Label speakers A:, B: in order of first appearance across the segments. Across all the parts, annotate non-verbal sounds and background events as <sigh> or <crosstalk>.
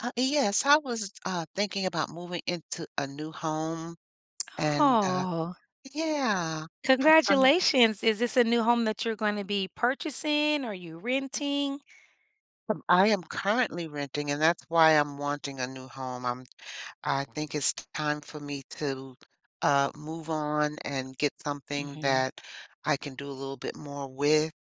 A: Yes, I was, thinking about moving into a new home and
B: Oh,
A: yeah, I'm current
B: congratulations. Is this a new home that you're going to be purchasing? Are you renting?
A: I am currently renting, and that's why I'm wanting a new home. I think it's time for me to, move on and get something
B: Mhm,
A: that I can do a little bit more with.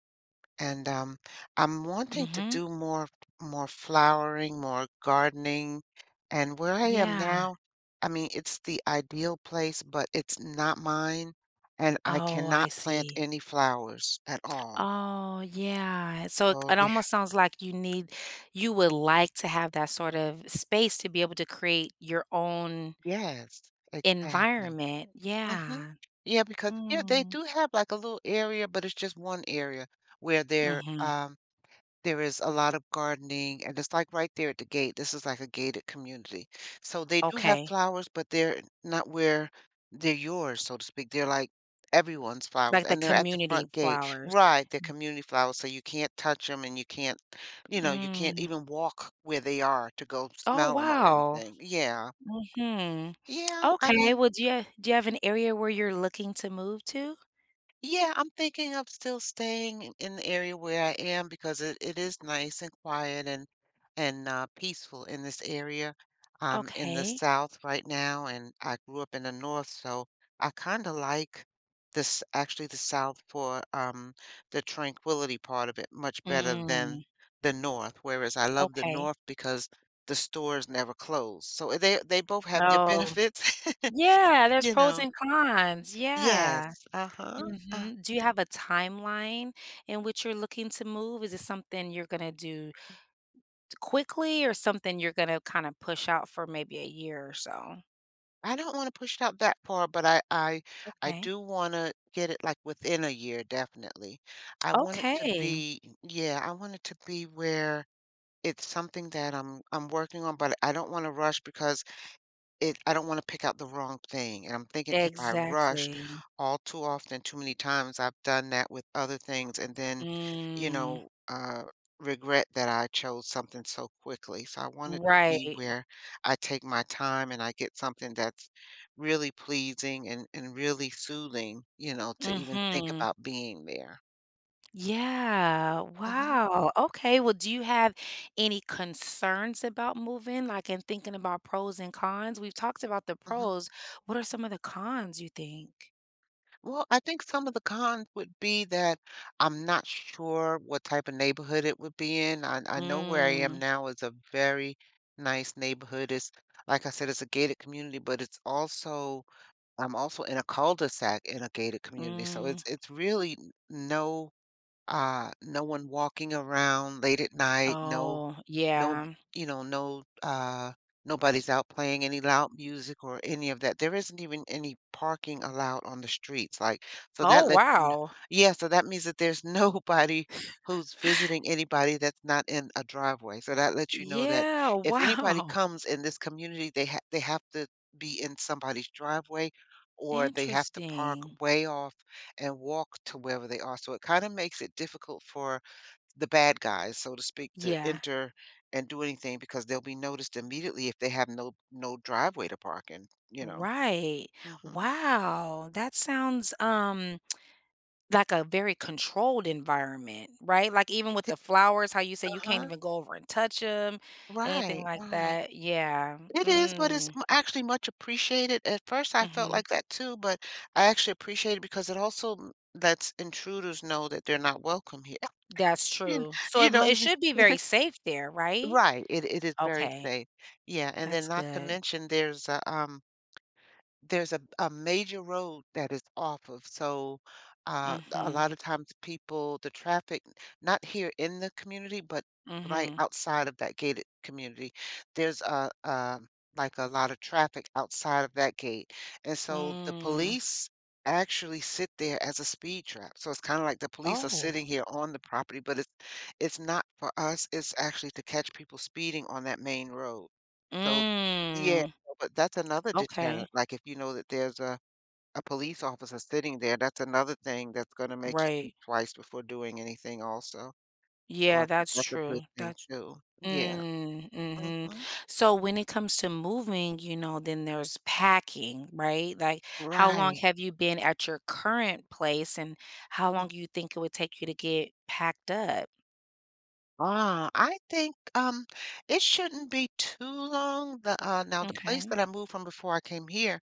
A: And I'm wanting to
B: mhm.
A: do more flowering, more gardening, and where I am
B: Yeah.
A: now, I mean, it's the ideal place, but it's not mine, and I
B: Oh, I
A: cannot plant
B: see.
A: any flowers at all.
B: Oh, yeah. So it
A: So
B: it
A: they
B: almost sounds like you would like to have that sort of space to be able to create your own
A: Yes, exactly.
B: environment.
A: Mhm.
B: Yeah.
A: Yeah, because here they
B: Mm.
A: do have, like, a little area, but it's just one area where they're,
B: Mhm.
A: um There is a lot of gardening, and it's like right there at the gate. This is like a gated community. So they do have
B: Okay.
A: flowers, but they're not where they're yours, so to speak. They're like everyone's flowers,
B: Like the
A: and they're at the
B: community
A: front gate.
B: flowers.
A: Right, they're community flowers, so you can't touch them and you can't, you can't
B: Mm.
A: even walk where they are to go
B: Oh,
A: smell them or
B: wow.
A: anything. Yeah.
B: Mhm.
A: Yeah. I
B: Okay,
A: mean,
B: well, do you have an area where you're looking to move to?
A: yeah, I'm thinking of still staying in the area where I am because it is nice and quiet and peaceful in this area. I'm in the
B: Okay.
A: south right now, and I grew up in the north, so I kind of like this actually the south for the tranquility part of it much better than
B: Mm,
A: the north. Whereas I love the
B: okay.
A: north because the stores never close, so they both have their
B: Oh,
A: benefits, <laughs>
B: yeah, there's
A: you
B: pros
A: know.
B: and cons, yeah.
A: Yes. Uh-huh. Uh-huh.
B: Mhm. Do you have a timeline in which you're looking to move? Is it something you're gonna do quickly or something you're gonna kinda push out for maybe a year or so?
A: I don't wanna push it out that far, but I
B: Okay.
A: do wanna get it, like, within a year, definitely. I want it to
B: Okay.
A: be yeah, I want it to be where it's something that I'm working on, but I don't wanna rush because it I don't wanna pick out the wrong thing, and I'm thinking if I rush,
B: Exactly.
A: all too often, too many times, I've done that with other things and then, you
B: Mm,
A: know, uh, regret that I chose something so quickly. So I want it to be
B: right.
A: where I take my time and I get something that's really pleasing and really soothing, you know, to even think
B: Mhm.
A: about being there.
B: Yeah,
A: Mhm.
B: wow. Okay, well, do you have any concerns about moving, like, in thinking about pros and cons? We've talked about the
A: Mhm.
B: pros. What are some of the cons you think?
A: Well, I think some of the cons would be that I'm not sure what type of neighborhood it would be in. I know where I am
B: Mm,
A: now is a very nice neighborhood. It's like I said, it's a gated community, but it's also I'm also in a cul-de-sac in a gated community. So it's
B: mm.
A: it's really no no one walking around late at night, no
B: Oh,
A: no
B: yeah.
A: you know no uh nobody's out playing any loud music or any of that. There isn't even any parking allowed on the streets, like so
B: Oh,
A: that lets you
B: wow.
A: yeah, so that means that there's <laughs> nobody
B: <laughs>
A: who's visiting anybody that's not in a driveway, so that lets you know that
B: Yeah,
A: if anybody
B: wow.
A: comes in this community they have to be in somebody's driveway or they have to park
B: Interesting.
A: way off and walk to wherever they are, so it kind of makes it difficult for the bad guys, so to speak, to
B: Yeah,
A: enter and do anything because they'll be noticed immediately if they have no driveway to park in, you know.
B: right.
A: Mhm.
B: Wow, that sounds like a very controlled environment, right? Like, even with the flowers, how you say you can't
A: Uh-huh.
B: even go over and touch them, anything
A: Right,
B: like
A: right.
B: that. Yeah.
A: It is, but it's
B: Mm.
A: actually much appreciated. At first, I felt
B: Mhm.
A: like that too, but I actually appreciate it because it also lets intruders know that they're not welcome here. <laughs>
B: That's
A: You, kn-
B: true. So
A: you
B: it m
A: know what I
B: it
A: mean?
B: should be very safe there, right?
A: Right. It is very
B: Okay.
A: safe. Yeah, and then
B: That's
A: not to
B: good.
A: mention there's a. There's a major road that is off of, so, a
B: Mhm.
A: lot of times people the traffic not here in the community, but right
B: Mhm.
A: outside of that gated community, there's like, a lot of traffic outside of that gate, and so the
B: Mm.
A: police actually sit there as a speed trap, so it's kinda like the police are
B: Oh.
A: sitting here on the property, but it's not for us, it's actually to catch people speeding on that main road. So yeah.
B: Mm.
A: But that's another deterrent,
B: Okay.
A: like, if you know that there's a police officer sitting there, that's another thing that's gonna make you think
B: Right.
A: twice before doing anything also. So I
B: Yeah,
A: think
B: that's
A: that's a good
B: true.
A: thing
B: That's
A: too. Yeah,
B: Mm, mhm.
A: mhm.
B: So when it comes to moving, then there's packing, right? Like, how long
A: Right.
B: have you been at your current place, and how
A: mm,
B: long do you think it would take you to get packed up?
A: I think, it shouldn't be too long. Now the place
B: Okay.
A: that I moved from before I came here,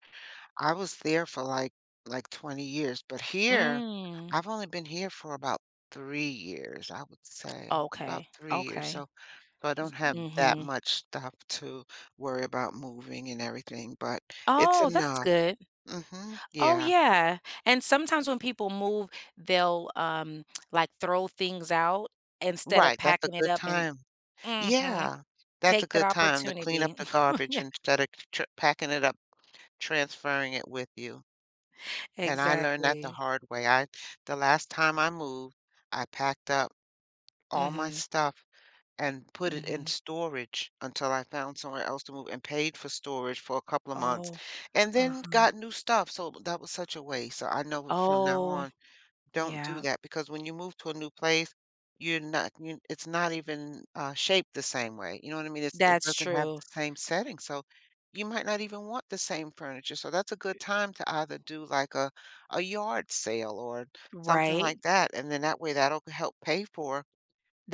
A: I was there for, like, 20 years, but here,
B: Mm.
A: I've only been here for about 3 years, I would say, about
B: Okay,
A: 3 years,
B: okay.
A: so I don't
B: Y
A: have that
B: mhm.
A: much stuff to worry about moving and everything, but it's
B: Oh, that's
A: enough.
B: good.
A: Mhm,
B: Oh,
A: yeah.
B: yeah, and sometimes when people move, they'll, like, throw things out instead of
A: Right, that's a
B: packing it
A: good
B: up and
A: time.
B: Mhm.
A: Yeah, that's a
B: Take that
A: good time to clean up
B: opportunity.
A: the garbage
B: <laughs>
A: instead of tr packing it up, transferring it with you, and I learned that the
B: Exactly.
A: hard way. I The last time I moved, I packed up all my
B: Mhm,
A: stuff and put it in
B: mhm.
A: storage until I found somewhere else to move and paid for storage for a couple of months
B: Oh,
A: and then
B: uh-huh.
A: got new stuff. So that was such a waste. So I know from now
B: Oh,
A: on, don't do
B: yeah,
A: that because when you move to a new place, you're not, you, it's not even shaped the same way. You know what I mean? It
B: that's
A: doesn't have
B: true,
A: the same setting. So you might not even want the same furniture. So that's a good time to either do like a yard sale or something
B: right?
A: like that. And then that way that'll help pay for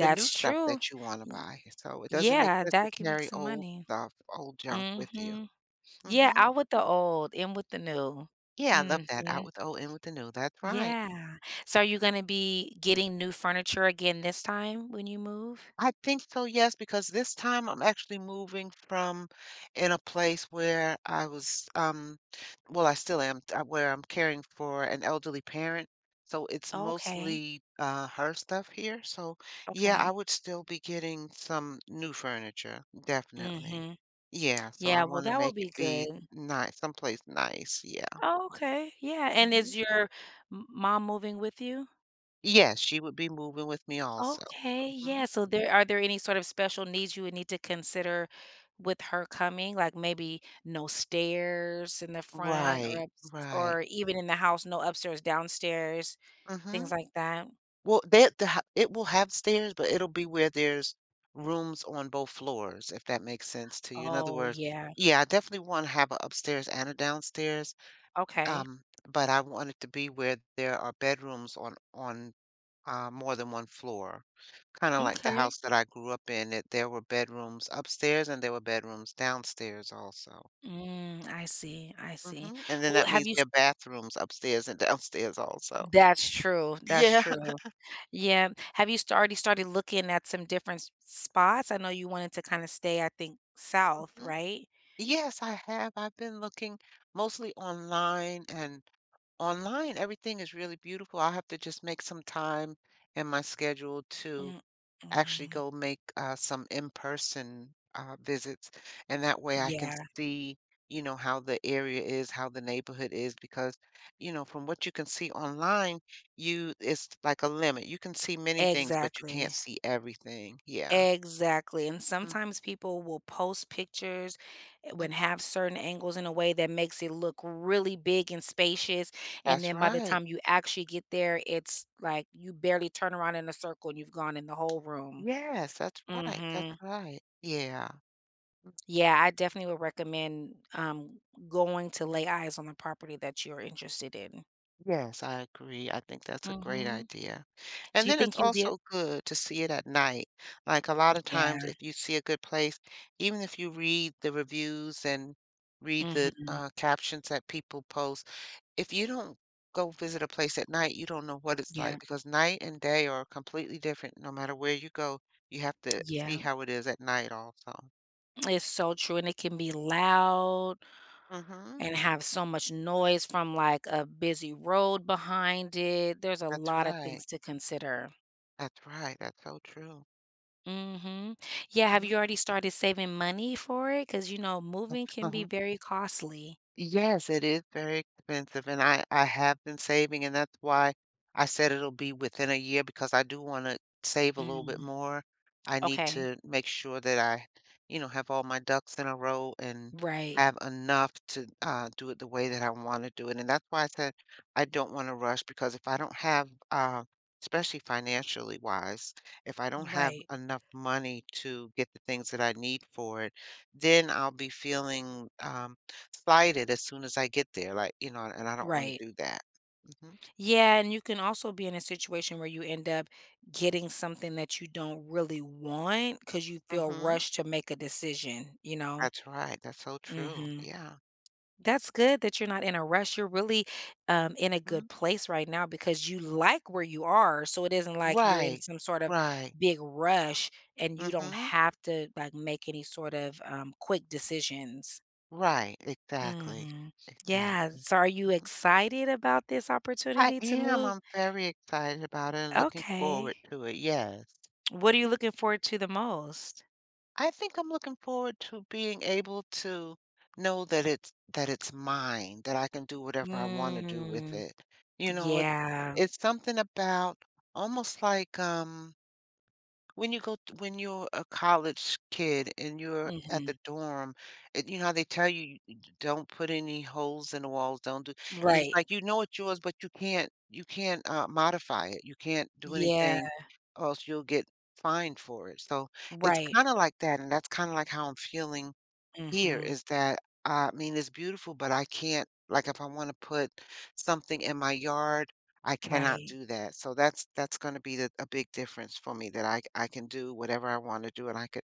A: the new stuff
B: true.
A: that you wanna
B: Y
A: buy, so it doesn't make
B: yeah,
A: sense to
B: that can make
A: carry
B: some
A: old
B: money.
A: stuff, old junk with you.
B: Mhm. Yeah,
A: Mhm.
B: out with the old, in with the new.
A: Yeah, I love that, out
B: Mhm.
A: with old, in with the new, that's right.
B: Yeah. So, are you gonna be getting new furniture again this time when you move?
A: I think so, yes, because this time I'm actually moving from in a place where I was, well, I still am, where I'm caring for an elderly parent. So it's
B: Okay,
A: mostly her stuff here. So yeah, I
B: okay.
A: would still be getting some new furniture, definitely.
B: Mhm.
A: Yeah, so I
B: Yeah, well,
A: want to
B: that would
A: make
B: be
A: it be
B: good.
A: nice, someplace nice. Yeah.
B: Oh, okay, yeah, and
A: Hmm.
B: is your m mom moving with you?
A: Yes, she would be moving with me also.
B: Okay,
A: Hmm.
B: yeah, so there any sort of special needs you would need to consider with her coming? Like maybe no stairs in the front or
A: Right,
B: ups
A: right.
B: or even in the house, no upstairs, downstairs,
A: Hmm.
B: things like that?
A: Well, that the ho it will have stairs, but it'll be where there's rooms on both floors, if that makes sense to you. In other
B: Oh,
A: words,
B: yeah.
A: yeah, I definitely wanna have a upstairs and a downstairs,
B: Okay.
A: um, but I want it to be where there are bedrooms on, more than one floor. Kinda like the
B: Okay.
A: house that I grew up in, it there were bedrooms upstairs and there were bedrooms downstairs also.
B: Mm, I see, I see.
A: Mhm, and then
B: Well,
A: that
B: have
A: means
B: you s
A: there are bathrooms upstairs and <laughs> downstairs also.
B: That's true, that's
A: Yeah.
B: true. Yeah. Have you st already started looking at some different s spots? I know you wanted to kinda stay, I think, south,
A: <laughs>
B: right?
A: Yes, I have. I've been looking mostly online, and online everything is really beautiful. I'll have to just make some time in my schedule to
B: Mm,
A: actually
B: mm.
A: go make some in-person visits, and that way I can
B: Yeah,
A: see, you know, how the area is, how the neighborhood is, because, you know, from what you can see online, you it's like a limit. You can see many things, but you can't
B: exactly.
A: see everything. Yeah.
B: Exactly, and
A: Mhm.
B: sometimes people will post pictures when have certain angles in a way that makes it look really big and spacious, and
A: That's
B: then by the
A: right.
B: time you actually get there, it's like you barely turn around in a circle and you've gone in the whole room.
A: Yes, that's right, that's
B: Mhm.
A: right. Yeah.
B: Yeah, I definitely would recommend, going to lay eyes on the property that you're interested in.
A: Yes, I agree. I think that's a great
B: Mhm.
A: idea.
B: Do
A: And
B: you
A: then
B: think
A: it's
B: you'll be a
A: also good to see it at night. Like, a lot of times,
B: Yeah.
A: if you see a good place, even if you read the reviews and read the,
B: Mhm.
A: captions that people post, if you don't go visit a place at night, you don't know what it's
B: Yeah.
A: like because night and day are completely different no matter where you go. You have to see
B: Yeah.
A: how it is at night also.
B: It's so true, and it can be loud
A: Mhm.
B: and have so much noise from, like, a busy road behind it. There's a
A: That's
B: lot of
A: right.
B: things to consider.
A: That's right, that's so true.
B: Mhm. Yeah, have you already started saving money for it? Because moving can be
A: Uh-huh.
B: very costly.
A: Yes, it is very expensive, and I have been saving, and that's why I said it'll be within a year because I do want to save a little bit
B: Mm,
A: more. I need
B: okay.
A: to make sure that I, you know, have all my ducks in a row and
B: Right.
A: have enough to do it the way that I want to do it. And that's why I said I don't want to rush because if I don't have, especially financially wise, if I don't have
B: Right.
A: enough. Slide it as soon as I get there, like, you know, and I don't wanna
B: Right.
A: do that. Mhm.
B: Yeah, and you can also be in a situation where you end up getting something that you don't really want because you feel
A: Mhm.
B: rushed to make a decision, you know?
A: That's right, that's so true,
B: Mhm.
A: yeah.
B: That's good that you're not in a rush. You're really in a good
A: Mhm.
B: place right now because you like where you are. So it isn't like you're in
A: Right,
B: some sort of
A: right.
B: big rush and you don't
A: Mhm.
B: have to like make any sort of quick decisions.
A: Right, exactly,
B: Hmm. Yeah.
A: exactly.
B: So are you
A: Mhm.
B: excited about this
A: I
B: opportunity to
A: am,
B: move?
A: I'm very excited about it and looking forward
B: Okay.
A: to it, yes.
B: What are you looking forward to the most?
A: I think I'm looking forward to being able to know that it's mine, that I can do whatever I want to do with
B: Mm,
A: it. You know, it,
B: yeah.
A: it's something about almost like when you go t when you're a college kid and you're at
B: Hmm.
A: the dorm, and you know how they tell you, you don't put any holes in the walls, don't do you just
B: Right.
A: like, you know it's yours, but you can't, modify it. You can't do
B: Yeah.
A: anything or else you'll get fined for it. So, it's
B: Right.
A: kinda like that, and that's kinda like how I'm feeling here
B: Hmm.
A: is that I mean, it's beautiful, but I can't, like, if I want to put something in my yard, I cannot
B: Right.
A: do that. So that's going to be a big difference for me, that I can do whatever I want to do, and I could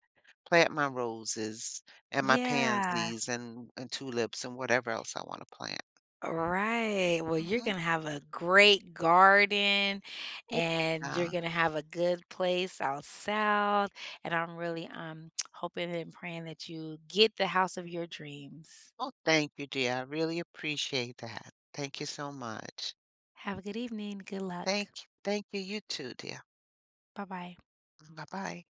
A: plant my roses and my
B: Yeah,
A: pansies and tulips and whatever else I want to plant.
B: right. Well, you're
A: Hmm.
B: gonna have a great garden and you're
A: Yeah.
B: gonna have a good place out south. And I'm really <tsk> hoping and praying that you get the house of your dreams.
A: Oh, thank you, dear. I really appreciate that. Thank you so much.
B: Have a good evening. Good
A: Thank
B: luck.
A: Thank you. You too, dear.
B: Bye bye.
A: Bye bye.